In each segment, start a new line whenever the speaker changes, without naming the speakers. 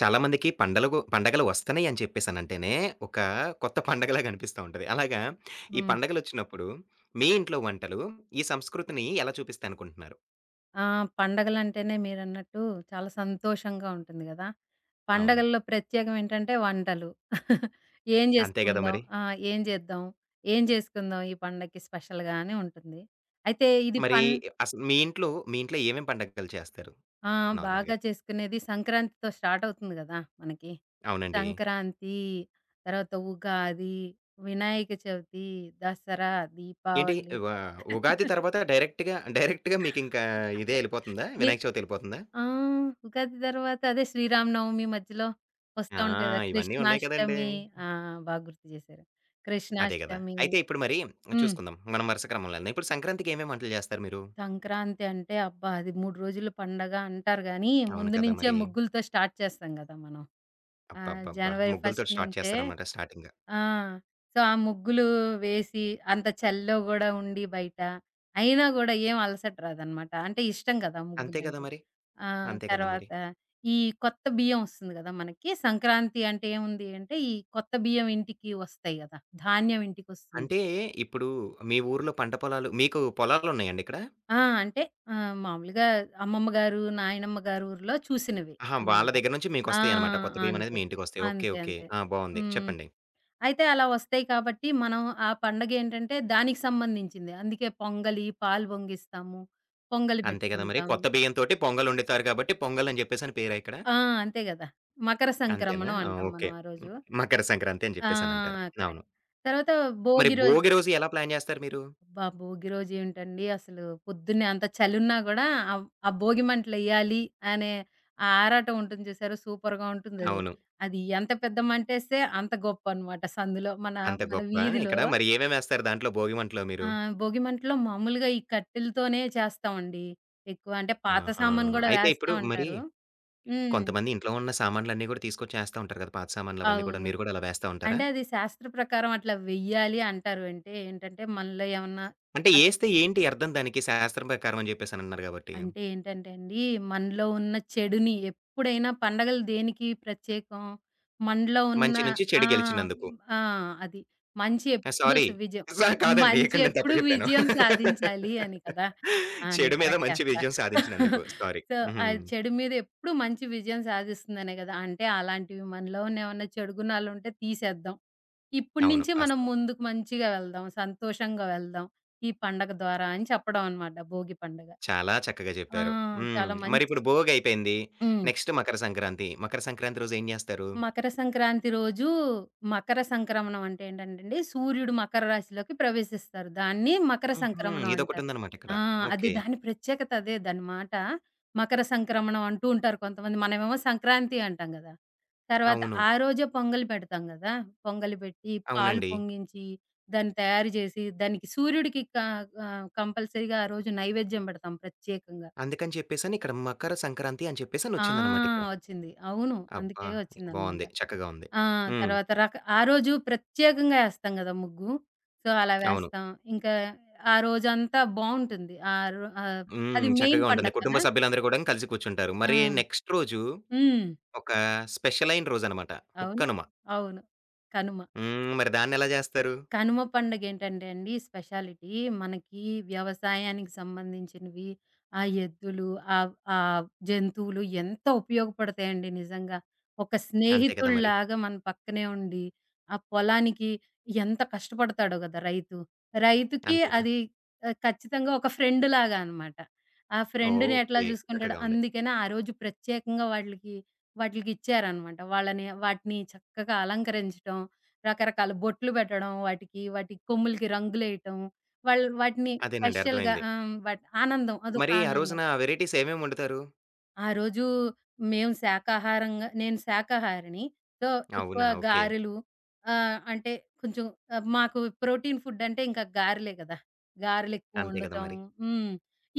చాలా మందికి పండగలు వస్తున్నాయి అని చెప్పేసనంటేనే, ఒక కొత్త పండగలాగా అనిపిస్తా ఉంటది. అలాగా ఈ
హ్మ్.
పండగలొచ్చినప్పుడు మీ ఇంట్లో వంటలు ఈ సంస్కృతిని ఎలా చూపిస్తాయనుకుంటున్నారు?
ఆ! పండగలంటేనే మీరన్నట్టు చాలా సంతోషంగా ఉంటుంది గదా!
అవును.
పండగల్లో ప్రత్యేకం ఏంటంటే వంటలు. ఏం
అంతే గదా
జేసుకుందాం?
మరి.
ఆ! ఏం జేద్దాం? ఏం జేసుకుందాం ఈ పండక్కి స్పెషల్‌గా అని ఉంటుంది. అయితే ఇది
మరి అసలు మీ ఇంట్లో ఏమేం పండగలు చేస్తారు
ఆ! బాగా
నార్మల్‌గా?
చేసుకునేది సంక్రాంతితో స్టార్ట్ అవుతుంది గదా! మనకి.
అవునండి.
సంక్రాంతి, తర్వాత ఉగాది, వినాయక చవితి, దసరా,
ఏంటి
దీపావళి.
వ ఉగాది తర్వాత డైరెక్ట్‌గా మీకింకా ఇదే ఎళ్ళిపోతుందా?
వి
వినాయక చవితి ఎళ్ళిపోతుందా?
ఆ! ఉగాది తర్వాత అదే శ్రీరామనవమి మధ్యలో వస్తా
ఆ!
ఉంటది కదా!
ఇవన్నీ ఉన్నాయి కదండీ.
కృష్ణాష్టమి. ఆ! బాగా గుర్తు చేశారు.
అదే గదా!
కృష్ణాష్టమి.
అయితే ఇప్పుడు మరి
హ్మ్.
చూసుకుందాం. మనం వరుస క్రమంలో వెళ్దాం. ఇప్పుడు సంక్రాంతికి ఏమేం వంటలు జేస్తారు మీరు?
సంక్రాంతి అంటే అబ్బా! అది 3 రోజుల పండగ అంటారు గానీ,
అవును
ముందు
కదా
నుంచే
మరి!
ముగ్గులతో స్టార్ట్ చేస్తాం కదా! మనం. ఆ!
అబ్బబ్బబ్బా!
జనవరి
ముగ్గులతోటి
1
స్టార్ట్
నుంచే
చేస్తారనమాట స్టార్టింగ్.
ఆ! సో, ఆ ముగ్గులు వేసి, అంత చలిలో గూడా ఉండి బయట, అయినా గూడా ఏం అలసట రాదనమాట. అంటే ఇష్టం గదా!
అంతే కదా
ముగ్గులంటే.
మరి!
ఆ!
అంతే కదా మరి!
తర్వాత ఈ కొత్త బియ్యం ఒస్తుంది గదా! మనకి. సంక్రాంతి అంటే ఏముంది అంటే, ఈ కొత్త బియ్యం ఇంటికి వస్తాయి గదా! ధాన్యం ఇంటికొస్తుంది.
అంటే ఇప్పుడు మీ ఊర్లో పంట పొలాలు మీకు పొలాలున్నాయండి ఇక్కడ?
ఆ! అంటే ఆహ్, మామూలుగా అమ్మమ్మ గారు, నాయనమ్మ గారి ఊర్లో చూసినవి
ఆహా! వాళ్ళ
అనమాట.
దగ్గర నుంచి
ఆ!
మీకొస్తాయనమాట. కొత్త బియ్యం అనేది
అంతే.
మీ ఇంటికొస్తాయి. ఓకే.
అంతే.
ఓకే.
అంతే.
ఆ! బావుంది.
హ్మ్.
చెప్పండి.
అయితే అలా వస్తాయి కాబట్టి, మనం ఆ పండగేంటంటే దానికి సంబంధించింది. అందుకే పొంగలి, పాలు పొంగిస్తాము. పొంగలి
అంతే కదా మరి!
పెట్టుకుంటాము.
కొత్త బియ్యంతోటి పొంగలొండుతారు కాబట్టి పొంగల్ అని జెప్పేసని పేరా ఇక్కడ?
ఆ! అంతే గదా! మకర
అంతేనా?
సంక్రమణం
ఆ!
అంటాం మనం
ఓకే.
ఆ రోజు.
హ్మ్. మకర సంక్రాంతి అని
ఆ!
జెప్పేసనంటారు.
కరెక్ట్.
అవును.
తర్వాత
మరి
భోగి రోజు.
భోగి రోజు ఎలా ప్లాన్ జేస్తారు మీరు?
అబ్బా! భోగి రోజు ఏమిటండి అసలు పొద్దున్నే అంత చలున్నా గూడా ఆహ్, ఆ ఆ భోగి మంటలెయ్యాలి అనే ఆ ఆరాటం ఉంటుంది చూసారా? సూపర్‌గా ఉంటుందది.
అవును.
అది అది ఎంత పెద్ద మంటేస్తే అంత గొప్పనమాట సందులో మన,
అంత
మన
గొప్ప
వీధిలో.
ఇక్కడ మరి ఏమేమేస్తారు దాంట్లో భోగి మంటలో
ఆ!
మీరు?
భోగిమంటలో మామూలుగా ఈ కట్టెలతోనే చేస్తామండి. ఎక్కువ అంటే పాత
ఆహా!
సామాను గూడా
అయితే
వేస్తా
ఇప్పుడు మరి
ఉంటారు. హ్మ్.
కొంతమంది ఇంట్లో ఉన్న సామాన్లన్నీ గూడా తీసుకొచ్చేస్తా ఉంటారు కదా! పాత సామాన్లవన్నీ గూడా.
అవును.
మీరు గూడా అలా వేస్తా ఉంటారా?
అంటే అది శాస్త్ర ప్రకారం అట్లా వెయ్యాలి అంటారు. అంటే ఏంటంటే మనలో ఏమన్నా
అంటే
అస్
ఏస్తే ఏంటి అర్థం దానికి శాస్త్రం ప్రకారం అని జెప్పేసనన్నారు గాబట్టి?
అంటే ఏంటంటే అండి మనలో ఉన్న చెడుని ఎప్పుడైనా పండగలు దేనికి ప్రత్యేకం? మనలో ఉన్న
మంచి నుంచి
ఆ!
చెడు గెలిచినందుకు.
ఆ! అది. మంచి
ఆ!
ఎప్పుడు
సారీ.
విజయం.
సా కాదండి.
మంచి
ఇక్కడ నేను తప్పు
ఎప్పుడు
జెప్పాను.
విజయం సాధించాలి అని కదా! ఆ! నేను
చెడు మీద
కరెక్ట్
మంచి
చేస్తా.
విజయం సాధించినందుకు. సారీ.
సో, ఆ
హుహు.
చెడు మీద ఎప్పుడు మంచి విజయం సాధిస్తుందనే కదా! అంటే అలాంటివి మనలో ఉన్న ఏమన్నా చెడు గుణాలుంటే తీసేద్దాం. ఇప్పటి
అవును.
నుంచి మనం
వాస్తవం.
ముందుకు మంచిగా వెళ్దాం. సంతోషంగా వెళ్దాం. ఈ పండగ ద్వారా అని చెప్పడం అన్నమాట భోగి పండుగ.
చాలా చక్కగా
ఆ!
జెప్పారు. హ్మ్.
చాలా మంచి.
మరిప్పుడు భోగయిపోయింది.
హ్మ్.
నెక్స్ట్ మకర సంక్రాంతి. మకర సంక్రాంతి రోజు ఏం జేస్తారు?
మకర సంక్రాంతి రోజు మకర సంక్రమణం అంటే ఏంటంటండి, సూర్యుడు మకర రాశిలోకి ప్రవేశిస్తారు. దాన్ని మకర
హుహు.
సంక్రమణం అంటారు.
ఇదొకటుందనమాట ఇక్కడ.
ఆ! అది
ఓకే.
దాని ప్రత్యేకత అదే దాని మాట. మకర సంక్రమణం అంటూ ఉంటారు కొంతమంది. మనమేమో సంక్రాంతి అంటాం గదా! తర్వాత
అవును.
ఆ రోజే పొంగలి పెడతాం గదా! పొంగలి పెట్టి, పాలు
అవునండి.
పొంగించి, దాన్ని తయారు చేసి, దానికి సూర్యుడికి ఆహ్, కంపల్సరీగా ఆ రోజు నైవేద్యం పెడతాం ప్రత్యేకంగా.
అందుకని చెప్పేసని ఇక్కడ మకర సంక్రాంతి అని చెప్పేసని
ఆ!
వచ్చిందనమాట ఇక్కడ.
వచ్చింది. అవును.
అబ్బా!
అందుకే వచ్చిందనమాట.
బావుంది. చక్కగా ఉంది.
ఆ!
హ్మ్.
తర్వాత ఆ రోజు ప్రత్యేకంగా ఏస్తాం గదా! ముగ్గు. సో, అలా
అవును.
వేస్తాం. ఇంకా ఆ రోజంతా బావుంటుంది. ఆహ్, ఆహ్,
హ్మ్.
అది మెయిన్
చక్కగా ఉంటుంది.
పండగ
కుటుంబ
కదా!
సభ్యులందరూ గూడాను కలిసి కూర్చుంటారు.
ఆ!
మరి నెక్స్ట్ రోజు
హ్మ్.
ఒక స్పెషలైన రోజనమాట.
అవును.
హుక్కనుమ.
అవును. కనుమ.
హ్మ్. మరి దాన్నెలా జేస్తారు?
కనుమ పండగేంటంటే అండి స్పెషాలిటీ మనకి వ్యవసాయానికి సంబంధించినవి, ఆ ఎద్దులు, ఆహ్, ఆహ్, జంతువులు ఎంత ఉపయోగపడతాయండి నిజంగా. ఒక
అంతే కదా మరి.
స్నేహితుడిలాగా మన పక్కనే ఉండి, ఆ పొలానికి ఎంత కష్టపడతాడో గదా రైతు. రైతుకి
అంతేగా.
అది ఆహ్, ఖచ్చితంగా ఒక ఫ్రెండ్ లాగా అనమాట. ఆ ఫ్రెండ్‌ని ఎట్లా
ఓకే.
జూసుకుంటాడో
చక్కగా ఉంది.
అందుకనే ఆ రోజు ప్రత్యేకంగా వాటిలికిచ్చారనమాట. వాళ్ళని వాటిని చక్కగా అలంకరించటం, రకరకాల బొట్లు పెట్టడం వాటికి, వాటి కొమ్ములకి రంగులేయటం. వాళ్ళు వాటిని
అదేనండి.
స్పెషల్‌గా
అర్థమైంది.
ఆ! ఆనందం. అదొక
మరి ఆ
ఆనందం.
రోజున వెరైటీస్ ఏమేమి వండుతారు?
ఆ రోజు మేము శాకాహారంగా నేను శాకాహారిని. సో, ఎక్కువ
అవునా! ఓకే.
గారెలు. ఆహ్, అంటే కొంచెం ఆహ్, మాకు ప్రోటీన్ ఫుడ్ అంటే ఇంకా గారెలే గదా! గారెలు ఎక్కువ
అంతే కదా
వండుతాం.
మరి.
హ్మ్.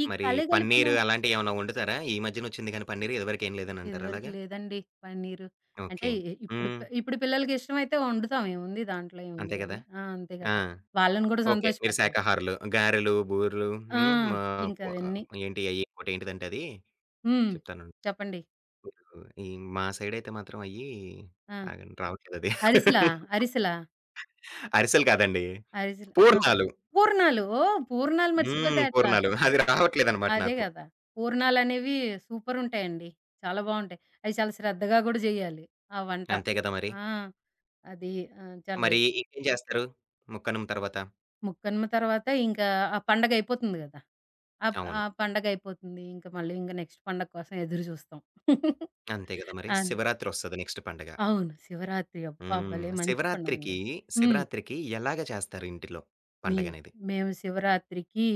ఈ
మరి
కలగలిపిన.
పన్నీరు అలాంటియేమన్నా వండుతారా? ఈ మధ్యనొచ్చింది గానీ పన్నీరు, ఇదివరకేం లేదనంటారా
ఇదివరకు
అలాగా?
లేదండి పన్నీరు. అంటే
ఓకే.
ఇప్పుడు
హ్మ్.
ఇప్పుడు పిల్లలకి ఇష్టమైతే వండుతాం, ఏముంది దాంట్లో ఏముంది
అంతే కదా!
గాని. ఆ! అంతే
ఆ!
గదా! వాళ్ళని గూడా
ఓకే. మీరు
సంతోషపెట్టాలి కదా!
శాకాహారులు. గారెలు, బూరెలు,
ఆ!
హ్మ్. మా పు
ఇంకవన్నీ.
ఏంటి అయ్యి ఇంకోటేంటిదంటే అది
హ్మ్.
చెప్తానుండు.
చెప్పండి.
ఈ మా సైడయితే మాత్రం అయ్యి
ఆ!
ఆగండి రావట్లేదది.
అరిసెలా? అరిసెలా?
అరిసెలు కాదండి.
అరిసెలు. ఆ!
పూర్ణాలు.
పూర్ణాలు. పూర్ణాలు
హ్మ్.
మర్చిపోతే ఎట్లా
పూర్ణాలు.
అసలు.
అది రావట్లేదనమాట
అదే
నాకు.
గదా! పూర్ణాలనేవి సూపరుంటాయండి. చాలా బావుంటాయి. అయి చాలా శ్రద్ధగా గూడా జేయాలి ఆ వంట.
అంతే కదా మరి.
ఆ! అది ఆహ్, చాలా.
మరి ఇంకేం చేస్తారు? ముక్కనుమ తర్వాత?
ముక్కనుమ తర్వాత ఆ పండగయిపోతుంది గదా! ఆహ్, ఆ
అవును.
పండగయిపోతుంది. ఇంక మళ్ళీ నెక్స్ట్ పండగ కోసం ఎదురు జూస్తాం.
అంతే కదా మరి.
అన్
శివరాత్రొస్తది నెక్స్ట్ పండగ.
అవును. శివరాత్రి అబ్బా!
హ్మ్.
భలే మంచి పండగండి. హ్మ్.
శివరాత్రికి ఎలాగ చేస్తారు ఇంటిలో
మే
పండగనేది?
మేము శివరాత్రికి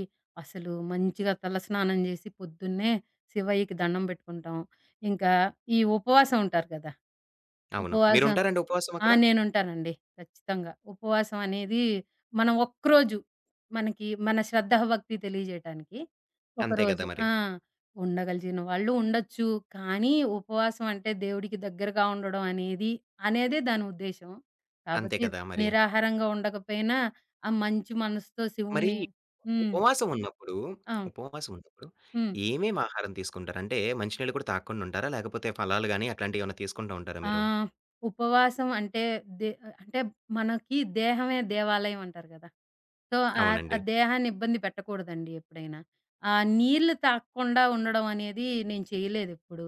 అసలు మంచిగా తలస్నానం చేసి పొద్దున్నే శివయ్యకి దండం పెట్టుకుంటాం. ఇంకా ఈ ఉపవాసం ఉంటారు కదా!
అవును.
ఉపవాసం
మీరుంటారండి ఉపవాసం
ఆ!
అక్కడ?
నేనుంటానండి. ఖచ్చితంగా. ఉపవాసం అనేది మనం ఒక్కరోజు మనకి మన శ్రద్ధాభక్తి తెలియజేయటానికి
అంతే గదా
ఒకరోజు.
మరి.
ఆ! ఉండగలిగిన వాళ్ళు ఉండొచ్చు. కానీ ఉపవాసం అంటే దేవుడికి దగ్గరగా ఉండడం అనేది అనేదే దాని ఉద్దేశ్యం.
అంతే
కాబట్టి
కదా మరి.
నిరాహారంగా ఉండకపోయినా, ఆ మంచి మనసుతో
మరి
శివుణ్ణి. హ్మ్.
ఉపవాసం ఉన్నప్పుడు,
ఆ!
ఉపవాసం ఉన్నప్పుడు
హ్మ్.
ఏమేమి ఆహారం తీసుకుంటారు? అంటే మంచి నీళ్ళు కూడా తాగకుండా ఉంటారా? లేకపోతే ఫలాలు గాని అట్లాంటియేమన్నా తీసుకుంటా ఉంటారా
ఆ!
మీరు?
ఉపవాసం అంటే దే అంటే మనకి దేహమే దేవాలయం అంటారు గదా! సో, ఆహ్, ఆ
అవునండి.
దేహాన్ని ఇబ్బంది పెట్టకూడదండి ఎప్పుడైనా. ఆ నీళ్లు తాగకుండా ఉండడం అనేది నేను చేయలేదెప్పుడు.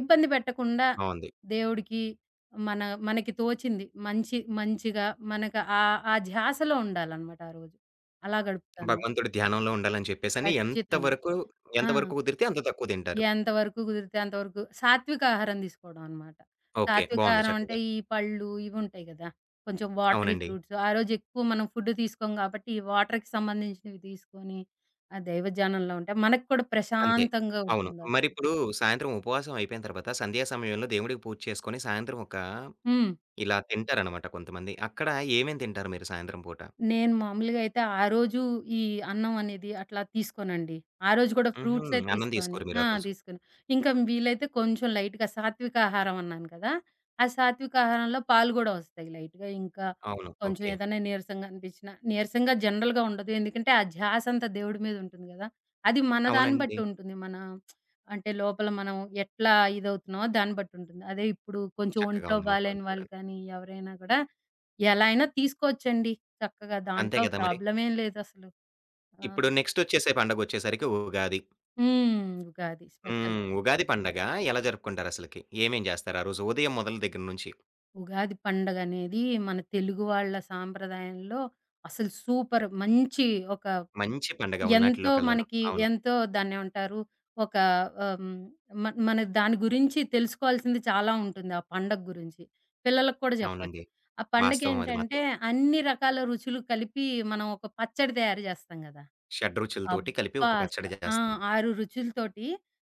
ఇబ్బంది పెట్టకుండా
బావుంది.
దేవుడికి మన మనకి తోచింది మంచి మంచిగా మనకు ఆ ఆ ధ్యాసలో ఉండాలనమాట ఆ రోజు. అలా గడుపుతాను.
భగవంతుడి ధ్యానంలో ఉండాలని చెప్పేసని
ఖచ్చితంగా.
ఎంత
ఆ!
వరకు కుదిరితే అంత తక్కువ తింటారు.
ఎంతవరకు కుదిరితే అంతవరకు సాత్విక ఆహారం తీసుకోవడం అనమాట.
ఓకే.
సాత్విక
బావుంది
ఆహారం అంటే
చక్కగా.
ఈ పళ్ళు ఇవుంటాయి గదా! కొంచెం వాటరీ
అవునండి.
ఫ్రూట్స్. ఆ రోజు ఎక్కువ మనం ఫుడ్ తీసుకోం గాబట్టి, ఈ వాటర్‌కి సంబంధించినవి తీసుకొని, ఆ దైవజ్ఞానంలో ఉంటే మనకు కూడా
అంతే.
ప్రశాంతంగా
అవును.
ఉంటుంది ఆ రోజు.
మరిప్పుడు సాయంత్రం ఉపవాసం అయిపోయిన తర్వాత సంధ్యా సమయంలో దేవుడికి పూజ చేసుకొని సాయంత్రం ఒక
హ్మ్.
ఇలా తింటారనమాట కొంతమంది. అక్కడ ఏమేమి తింటారు మీరు సాయంత్రం పూట?
నేను మామూలుగా అయితే ఆ రోజు ఈ అన్నం అనేది అట్లా తీసుకోనండి. ఆ రోజు కూడా
హుహు.
ఫ్రూట్సే
అన్నం
తీసుకోని
తీసుకోరు మీరు
ఆ!
ఆ రోజు.
తీసుకోను. ఇంకా వీలైతే కొంచెం లైట్‌గా సాత్విక ఆహారం అన్నాను కదా! ఆ సాత్విక ఆహారంలో పాలు గూడా వస్తాయి లైట్‌గా. ఇంకా
అవును.
కొంచెం
ఓకే.
ఏదైనా నీరసంగా అనిపించినా నీరసంగా జనరల్‌గా ఉండదు. ఎందుకంటే ఆ ధ్యాస అంతా దేవుడి మీద ఉంటుంది గదా! అది మన దాన్ని
అవునండి.
బట్టి ఉంటుంది. మన అంటే లోపల మనం ఎట్లా ఇదవుతున్నామో దాన్ని బట్టి ఉంటుంది. అదే ఇప్పుడు కొంచెం
చక్కగా
ఒంట్లో
ఉంది మొత్తం
బాలేని
అంతా
వాళ్ళు
కూడాను.
కానీ ఎవరైనా గూడా ఎలా అయినా తీసుకోవచ్చండి. చక్కగా
అంతే
దాంట్లో
కదా మరి.
ప్రాబ్లమేం లేదసలు. ఆ!
ఇప్పుడు నెక్స్ట్ వచ్చేసే పండగొచ్చేసరికి ఉగాది.
హ్మ్. ఉగాది స్పెషల్.
హ్మ్. ఉగాది పండగ ఎలా జరుపుకుంటారసలకి? ఏమేం చేస్తారు ఆ రోజు? ఉదయం మొదల దగ్గర నుంచి.
ఉగాది పండగనేది మన తెలుగు వాళ్ళ సాంప్రదాయంలో అసలు సూపర్ మంచి. ఒక
మంచి పండగ ఉన్నాటిల్లో
ఎంతో
కల్లాను.
మనకి
అవును.
ఎంతో దాన్నేమంటారు? ఒక ఆహ్, హ్మ్. మన మన దాని గురించి తెలుసుకోవాల్సింది చాలా ఉంటుంది ఆ పండగ గురించి. పిల్లలకి కూడా చెప్పొచ్చు.
అవునండి.
ఆ
వాస్తవం అది
పండగేంటంటే
మాత్రం.
అన్ని రకాల రుచులు కలిపి మనం ఒక పచ్చడి తయారు జేస్తాం గదా!
షడ్‌రుచులతోటి కలిపి
అబ్బా!
ఒక పచ్చడి
ఆ!
చేస్తాము.
6 రుచులతోటి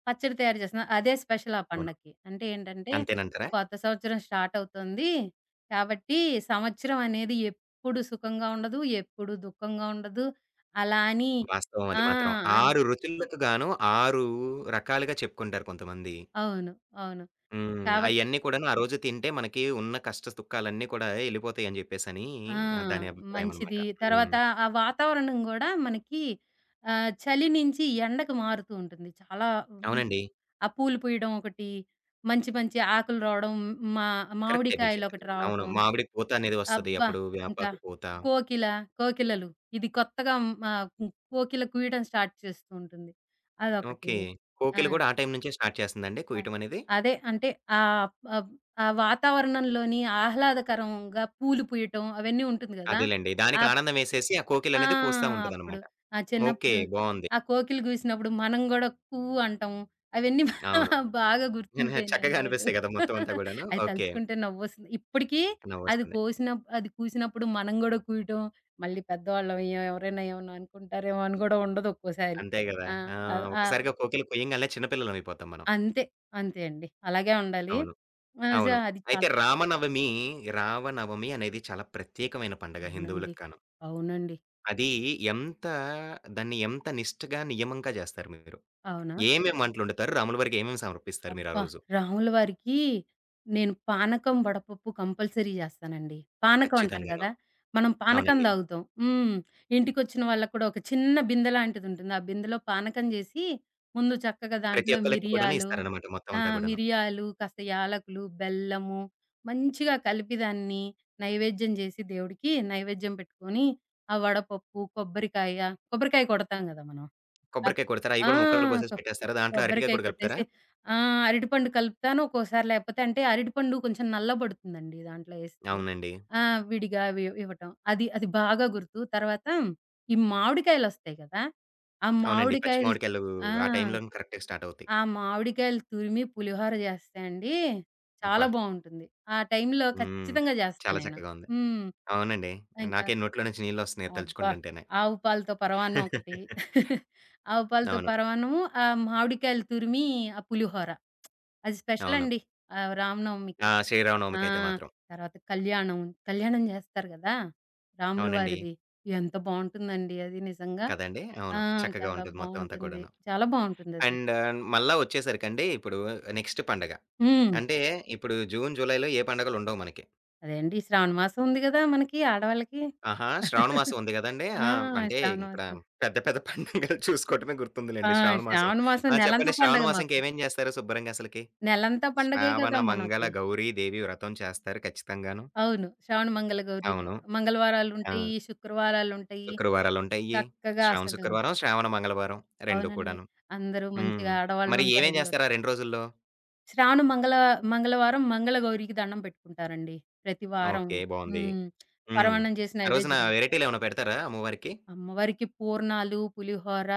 పచ్చడి తయారు చేస్తున్నా. అదే స్పెషల్ ఆ
అవును.
పండక్కి. అంటే ఏంటంటే,
అంతేనంటారా?
కొత్త సంవత్సరం స్టార్ట్ అవుతుంది. కాబట్టి సంవత్సరం అనేది ఎప్పుడు సుఖంగా ఉండదు. ఎప్పుడు దుఃఖంగా ఉండదు. అలా అని
వాస్తవం అది
ఆ!
మాత్రం.
అన్
6 రుచులకు గాను 6 రకాలుగా చెప్పుకుంటారు కొంతమంది.
అవును. అవును.
హ్మ్.
కాబట్టి
అయన్నీ కూడాను ఆ రోజు తింటే మనకి ఉన్న కష్ట సుఖాలన్నీ కూడా ఎళ్ళిపోతాయి అని జెప్పేసని
ఆ!
దాని అభిప్రాయం అనమాట.
మంచిది. తర్వాత
హ్మ్.
ఆ వాతావరణం గూడా మనకి ఆహ్, చలి నుంచి ఎండకు మారుతూ ఉంటుంది. చాలా
అవునండి.
ఆ పూలు పూయడం ఒకటి, మంచి మంచి ఆకులు రావడం, మా
కరెక్టే మీరు
మామిడికాయలు
చెప్పింది
ఒకటి
గూడా. అవును.
రావటం.
మామిడికి పూత అనేది వస్తది.
అబ్బా!
అప్పుడు
ఇంకా
వేపాకు పూత.
కోకిల, కోకిలలు ఇది కొత్తగా మా కోకిల కూయడం స్టార్ట్ చేస్తూ ఉంటుంది. అదొకటి.
ఓకే.
ఆ!
కోకిల గూడా ఆ టైం నుంచే స్టార్ట్ చేస్తుందండి
అ
కోయటం అనేది?
అదే అంటే ఆహ్, ఆహ్, ఆ వాతావరణంలోని ఆహ్లాదకరంగా పూలు పూయటం అవన్నీ ఉంటుంది గదా!
అదేలెండి.
ఆ
దానికి ఆనందమేసేసి ఆ
ఆ!
కోకిలనేది కూస్తా
అప్పుడు.
ఉంటదనమాట.
ఆ!
ఓకే.
చిన్నప్పుడు
బావుంది.
ఆ కోకిలు గూసినప్పుడు మనం గూడా అంటాం. అవన్నీ
అవును.
బాగా
చక్కగా
గుర్తుండిపోయినాయన్నమాట.
అనిపిస్తాయి గదా! మొత్తం అంతా గూడాను.
అయి
ఓకే.
తలుచుకుంటే నవ్వొస్తుంది. ఇప్పటికీ
నవ్వొస్తుంది.
అది కూసినప్పుడు మనం గూడా కూయటం, మళ్ళీ పెద్దవాళ్ళం అయ్యాం ఎవరైనా ఏమన్నా అనుకుంటారేమో అని గూడా ఉండదు ఒక్కోసారి.
అంతే గదా!
ఆ!
ఆ!
ఆహ్, ఆ!
ఒక్కసారిగా కోకిల కొయ్యంగాల్నే చిన్న పిల్లలమైపోతాం మనం.
అంతే. అంతే అండి. అలాగే ఉండాలి.
అవును.
ఆహ్,
అవును.
అది
అయితే
చాలా.
రామనవమి, రావనవమి అనేది చాలా ప్రత్యేకమైన పండగ
అవునండి.
హిందువులకు కాను.
అవునండి.
అది ఎంత దాన్ని ఎంత నిష్టగా, నియమంగా జేస్తారు మీరు.
అవునా?
ఏమేమి వంటలొండుతారు? రాముల వారికి ఏమేమి సమర్పిస్తారు మీరు ఆ
అబ్బా!
రోజు?
రాముల వారికి నేను పానకం, వడపప్పు కంపల్సరీ జేస్తానండి. పానకం అంటారు
ఖచ్చితంగాను.
గదా! మనం పానకం
అవునండి.
తాగుతాం. హ్మ్. ఇంటికొచ్చిన వాళ్ళకి కూడా ఒక చిన్న బిందె లాంటిదుంటుంది. ఆ బిందెలో పానకం జేసి, ముందు చక్కగా
ప్రతి
దాంట్లో
ఒక్కళ్ళకి కూడాను
మిరియాలు.
ఇస్తారనమాట మొత్తం
ఆ!
అంతా గూడాను.
మిరియాలు, కాస్త యాలకులు, బెల్లము మంచిగా కలిపి దాన్ని నైవేద్యం జేసి దేవుడికి నైవేద్యం పెట్టుకొని, ఆ వడపప్పు, కొబ్బరికాయ. కొబ్బరికాయ కొడతాం గదా! మనం. అక్
కొబ్బరికాయ కొడతారా? అయి
ఆ!
గూడా ముక్కలు
కొ
కోసేసి పెట్టేస్తారా? దాంట్లో అరటికాయ
కొబ్బరికాయ
కూడా కలుపుతారా?
కొట్టేసి ఆ! అరటిపండు కలుపుతాను. ఒక్కోసారి లేకపోతే అంటే అరటిపండు కొంచెం నల్లబడుతుందండి దాంట్లో ఏస్తే.
అవునండి.
ఆ! విడిగా ఇవ్వటం. అది అది బాగా గుర్తు. తర్వాత ఈ మామిడికాయలొస్తాయి కదా! ఆ
అవునండి. పచ్చి
మామిడికాయలు
మామిడికాయలు
ఆ!
ఆ టైంలోనే కరెక్ట్‌గా స్టార్ట్ అవుతాయి.
ఆ మామిడికాయలు తురిమి పులిహోర చేస్తే అండి చాలా
అబ్బా!
బావుంటుంది. ఆ టైంలో
హ్మ్.
ఖచ్చితంగా చేస్తా
చాలా
నేను.
చక్కగా ఉంది.
హ్మ్.
అవునండి.
ఇంకా
నాకే నోట్లో నుంచి నీళ్ళొస్తున్నాయి అది
అబ్బా!
తలుచుకుంటుంటేనే.
ఆవు పాలతో పరమాన్నం ఒకటి. ఆవు పాలతో
అవును.
పరమాన్నము, ఆ మామిడికాయలు తురిమి, ఆ పులిహోర. అది స్పెషల్
అవును.
అండి. ఆహ్, రామనవమికి.
ఆ!
ఆ!
శ్రీరామనవమికైతే మాత్రం.
తర్వాత కళ్యాణం. కళ్యాణం జేస్తారు గదా! రాముల
అవునండి.
వారిది. ఎంత బావుంటుందండి అది నిజంగా.
కదండీ!
ఆ!
అవును. చక్కగా
చాలా
ఉంటది మొత్తం అంతా
బావుంటుంది.
కూడాను.
చాలా బావుంటుందది.
అండ్ మళ్ళా వచ్చేసరికండి ఇప్పుడు నెక్స్ట్ పండగ.
హ్మ్.
అంటే ఇప్పుడు జూన్, జూలైలో ఏ పండుగలుండవు మనకి.
అదే అండి. శ్రావణ మాసం ఉంది గదా! మనకి ఆడవాళ్ళకి.
ఆహా! శ్రావణ మాసం ఉంది గదండీ! ఆ!
ఆ!
అంటే
శ్రావణ
ఇక్కడ
మాసం.
పెద్ద పెద్ద పండగలు చూసుకోవటమే
ఆ!
గుర్తుందిలెండి శ్రావణ మాసం.
శ్రావణ మాసం
ఆ!
నెలంతా
చెప్పండి శ్రావణ
పండగ
మాసంకి
మాకు.
ఏమేం చేస్తారు శుభ్రంగా అసలకి?
నెలంతా పండగే
శ్రావణ
గదా
మంగళ
మనకి.
గౌరీ దేవి వ్రతం చేస్తారు ఖచ్చితంగాను.
అవును. శ్రావణ మంగళ గౌరీది
అవును. ఆ!
మంగళవారాలుంటాయి, శుక్రవారాలుంటాయి.
శుక్రవారాలుంటాయి.
చక్కగా
శ్రావణ
అసలు
శుక్రవారం, శ్రావణ మంగళవారం 2
అవునండి.
కూడాను.
అందరూ
హ్మ్.
మంచిగా
మరి
ఆడవాళ్ళంతా
ఏమేం
రెడీ
జేస్తారు ఆ
అవుతారు.
2 రోజుల్లో?
శ్రావణ మంగళ మంగళవారం మంగళగౌరికి దండం పెట్టుకుంటారండి. ప్రతి వారం.
ఓకే. బావుంది.
హ్మ్.
హ్మ్.
పరమాన్నం చేసి
ఆ రోజున
నైవేద్యం పెడతారు.
వెరైటీలేమన్నా పెడతారా అమ్మవారికి?
అమ్మవారికి పూర్ణాలు, పులిహోర,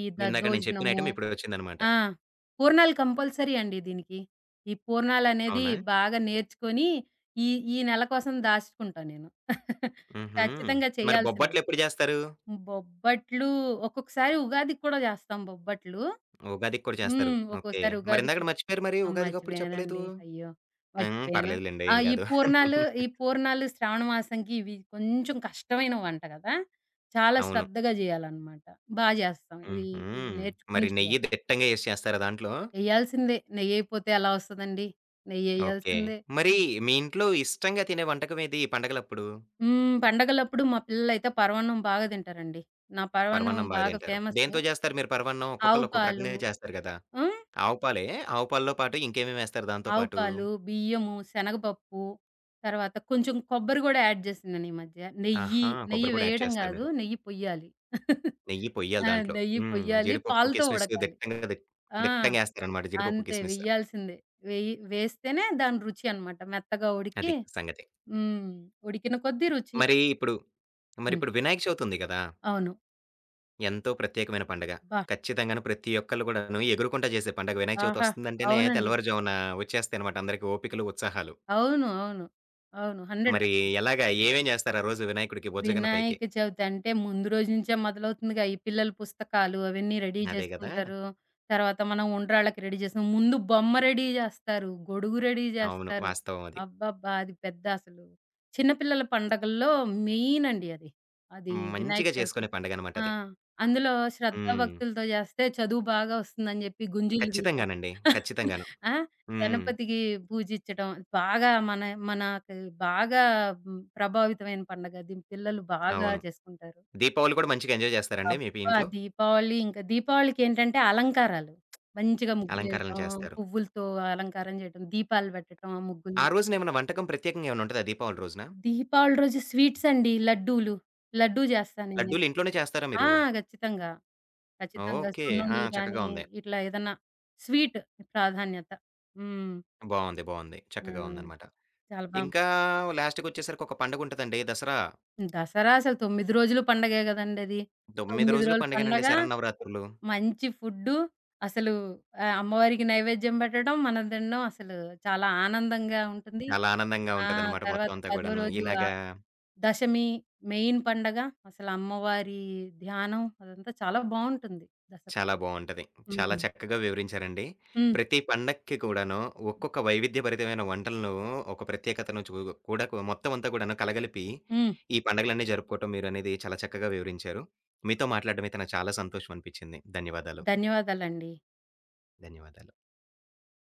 ఈ
ఇందాక నేను చెప్పిన
దద్దోజనము.
ఐటెమ్ ఇప్పుడొచ్చిందనమాట.
ఆ! పూర్ణాలు కంపల్సరీ అండి దీనికి. ఈ పూర్ణాలనేది
అవునా?
బాగా నేర్చుకొని ఈ ఈ నెల కోసం దాచుకుంటా నేను.
హుహు.
ఖచ్చితంగా
మరి
చేయాల్సిందే.
బొబ్బట్లెప్పుడు జేస్తారు?
బొబ్బట్లు ఒక్కొక్కసారి ఉగాదికి కూడా చేస్తాం బొబ్బట్లు.
ఉగాదికి కూడా చేస్తారు.
హ్మ్.
ఓకే.
ఒక్కోసారి ఉగాది.
మరిందాకడ మర్చిపోయారు మరి
ఆ!
ఉగాదికప్పుడు చెప్పలేదు?
మర్చిపోయానండి. అయ్యో!
హ్మ్.
మర్చిపోయాను.
పర్లేదులెండి.
ఆ!
ఏం కాదు.
ఈ పూర్ణాలు శ్రావణ మాసంకి ఇవి కొంచెం కష్టమైన వంట కదా! చాలా
అవును.
శ్రద్ధగా చేయాలనమాట. బా చేస్తాం.
హుహు.
ఇది నేర్చుకొని
మరి నెయ్యి
చేయాలి.
దిట్టంగా యూజ్ చేస్తారా దాంట్లో?
ఎయ్యాల్సిందే. నెయ్యెయపోతే ఎలా వస్తదండి?
ఓకే.
నెయ్యెయ్యాల్సిందే.
మరి మీ ఇంట్లో ఇష్టంగా తినే వంటకమేది ఈ పండగలప్పుడు?
హ్మ్. పండగలప్పుడు మా పిల్లలైతే పరమాన్నం బాగా తింటారండి. నా పరమాన్నం
పరమాన్నం బాగా
బాగా
తింటారు.
ఫేమసు.
దేనితో జేస్తారు మీరు పరమాన్నం?
ఆవు
ఒక్కొక్కళ్ళు ఒక్కొక్క
పాలు.
రకంగా చేస్తారు గదా!
హ్మ్.
ఆవు పాలే. ఆవు పాలలో పాటు ఇంకేమేమేస్తారు దాంతో
ఆవు
పాటు?
పాలు, బియ్యము, శనగపప్పు, తర్వాత కొంచెం కొబ్బరి గూడా యాడ్ జేసింది నేను ఈ మధ్య. నెయ్యి,
ఆహా!
నెయ్యి
కొబ్బరి కూడా యాడ్
వేయడం
చేస్తారు
గాదు.
మీరు.
నెయ్యి పొయ్యాలి.
నెయ్యి పొయ్యాలి
ఆ!
దాంట్లో.
నెయ్యి
హ్మ్.
పొయ్యాలి.
జీడిపప్పు,
పాలతో
కిస్మిస్
ఉడకాలి.
దిట్టంగా దిట్
ఆ!
దిట్టంగా ఏస్తారనమాట. జీడిపప్పు,
అంతే
కిస్మిస్.
వెయ్యాల్సిందే. వెయ్యి వేస్తేనే దాని రుచి అన్నమాట. మెత్తగా ఉడికి.
అది సంగతి.
హ్మ్. ఉడికిన కొద్దీ రుచి.
మరి ఇప్పుడు
హ్మ్.
మరిప్పుడు వినాయక చవితి ఉంది గదా!
అవును.
ఎంతో ప్రత్యేకమైన పండగ.
అబ్బా!
ఖచ్చితంగాను ప్రతి ఒక్కళ్ళు కూడాను ఎగురుకుంట చేసే పండగ. వినాయక చవితి
ఆహా!
వస్తుందంటేనే
అవునండి.
తెల్లవారుజామున వచ్చేస్తాయనమాట అందరికి ఓపికలు, ఉత్సాహాలు.
అవును. అవును. అవును.
మరి
100%.
ఎలాగా ఏమేం చేస్తారు ఆ రోజు వినాయకుడికి బొజ్జగన్న పైకి?
వినాయక చవితి అంటే ముందు రోజు నుంచే మొదలవుతుందిగా. ఈ పిల్లల పుస్తకాలు అవన్నీ రెడీ
అదే గదా!
చేసుకుంటారు. తర్వాత మనం ఉండ్రాళ్ళకి రెడీ చేస్తాం. ముందు బొమ్మ రెడీ చేస్తారు. గొడుగు రెడీ
అవును.
చేస్తారు.
వాస్తవం అది.
అబ్బబ్బా! అది పెద్ద అసలు చిన్న పిల్లల పండగల్లో మెయిన్ అండి అది. అది వినాయక
మంచిగా
చవితి.
చేసుకునే పండగనమాట
ఆ!
అది.
అందులో శ్రద్ధా
హ్మ్.
భక్తులతో చేస్తే చదువు బాగా వస్తుందని చెప్పి గుంజీలు తీయటం.
ఖచ్చితంగానండి. ఖచ్చితంగాను.
ఆ!
హ్మ్.
గణపతికి పూజిచ్చడం. బాగా మన మనకి బాగా హ్మ్, ప్రభావితమైన పండగ. అది పిల్లలు బాగా
అవును.
చేసుకుంటారు.
దీపావళి కూడా మంచిగా ఎంజాయ్ చేస్తారండి మీ పి
అబ్బా!
ఇంట్లో?
దీపావళి ఇంకా దీపావళికేంటంటే అలంకారాలు. మంచిగా
అలంకారాలను
ముగ్గులేయటం,
చేస్తారు.
పువ్వులతో అలంకారం చేయటం, దీపాలు పెట్టటం, ఆ
ఆ
ముగ్గుల్ని.
రోజున ఏమన్నా వంటకం ప్రత్యేకంగా ఏమన్నా ఉంటదా దీపావళి రోజున?
దీపావళి రోజు స్వీట్స్ అండి. లడ్డూలు. లడ్డూ చేస్తా
లడ్డూలు
నేనైతే.
ఇంట్లోనే చేస్తారా
ఆ!
మీరు?
ఖచ్చితంగా. ఖచ్చితంగా.
ఓకే. ఆ!
సున్నుండలు
చక్కగా
గానీ,
ఉంది.
ఇట్లా ఏదన్నా స్వీట్ ప్రాధాన్యత. హ్మ్.
బావుంది. బావుంది.
ఆ!
చక్కగా ఉందనమాట.
చాలా బా.
ఇంకా లాస్ట్‌కొచ్చేసరికి ఒక పండగుంటదండి దసరా.
దసరా అసలు 9 రోజులు పండగే గదండది.
9
9
రోజులు
రోజులు
పండగేనండి
పండగ,
శరన్నవరాత్రులు.
మంచి ఫుడ్డు, అసలు ఆహ్, అమ్మవారికి నైవేద్యం బెట్టడం, మనం తినడం అసలు చాలా ఆనందంగా ఉంటుంది.
చాలా ఆనందంగా
ఆ!
ఉంటదనమాట మొత్తం
తర్వాత
అంతా
పదో
కూడాను.
రోజు
ఇలాగా
ఆహ్, దశమి మెయిన్ పండగ. అసలు అమ్మవారి ధ్యానం అదంతా చాలా బావుంటుంది దసరా.
చాలా బావుంటది. చాలా
హ్మ్.
చక్కగా వివరించారండి.
హ్మ్.
ప్రతి పండక్కి కూడాను ఒక్కొక్క వైవిధ్యభరితమైన వంటలను, ఒక ప్రత్యేకతను కూడా మొత్తం అంతా కూడాను కలగలిపి,
హ్మ్.
ఈ పండగలన్నీ జరుపుకోవటం మీరనేది చాలా చక్కగా వివరించారు. మీతో మాట్లాడడం అయితే నాకు చాలా సంతోషం అనిపించింది. ధన్యవాదాలు.
ధన్యవాదాలండి.
ధన్యవాదాలు.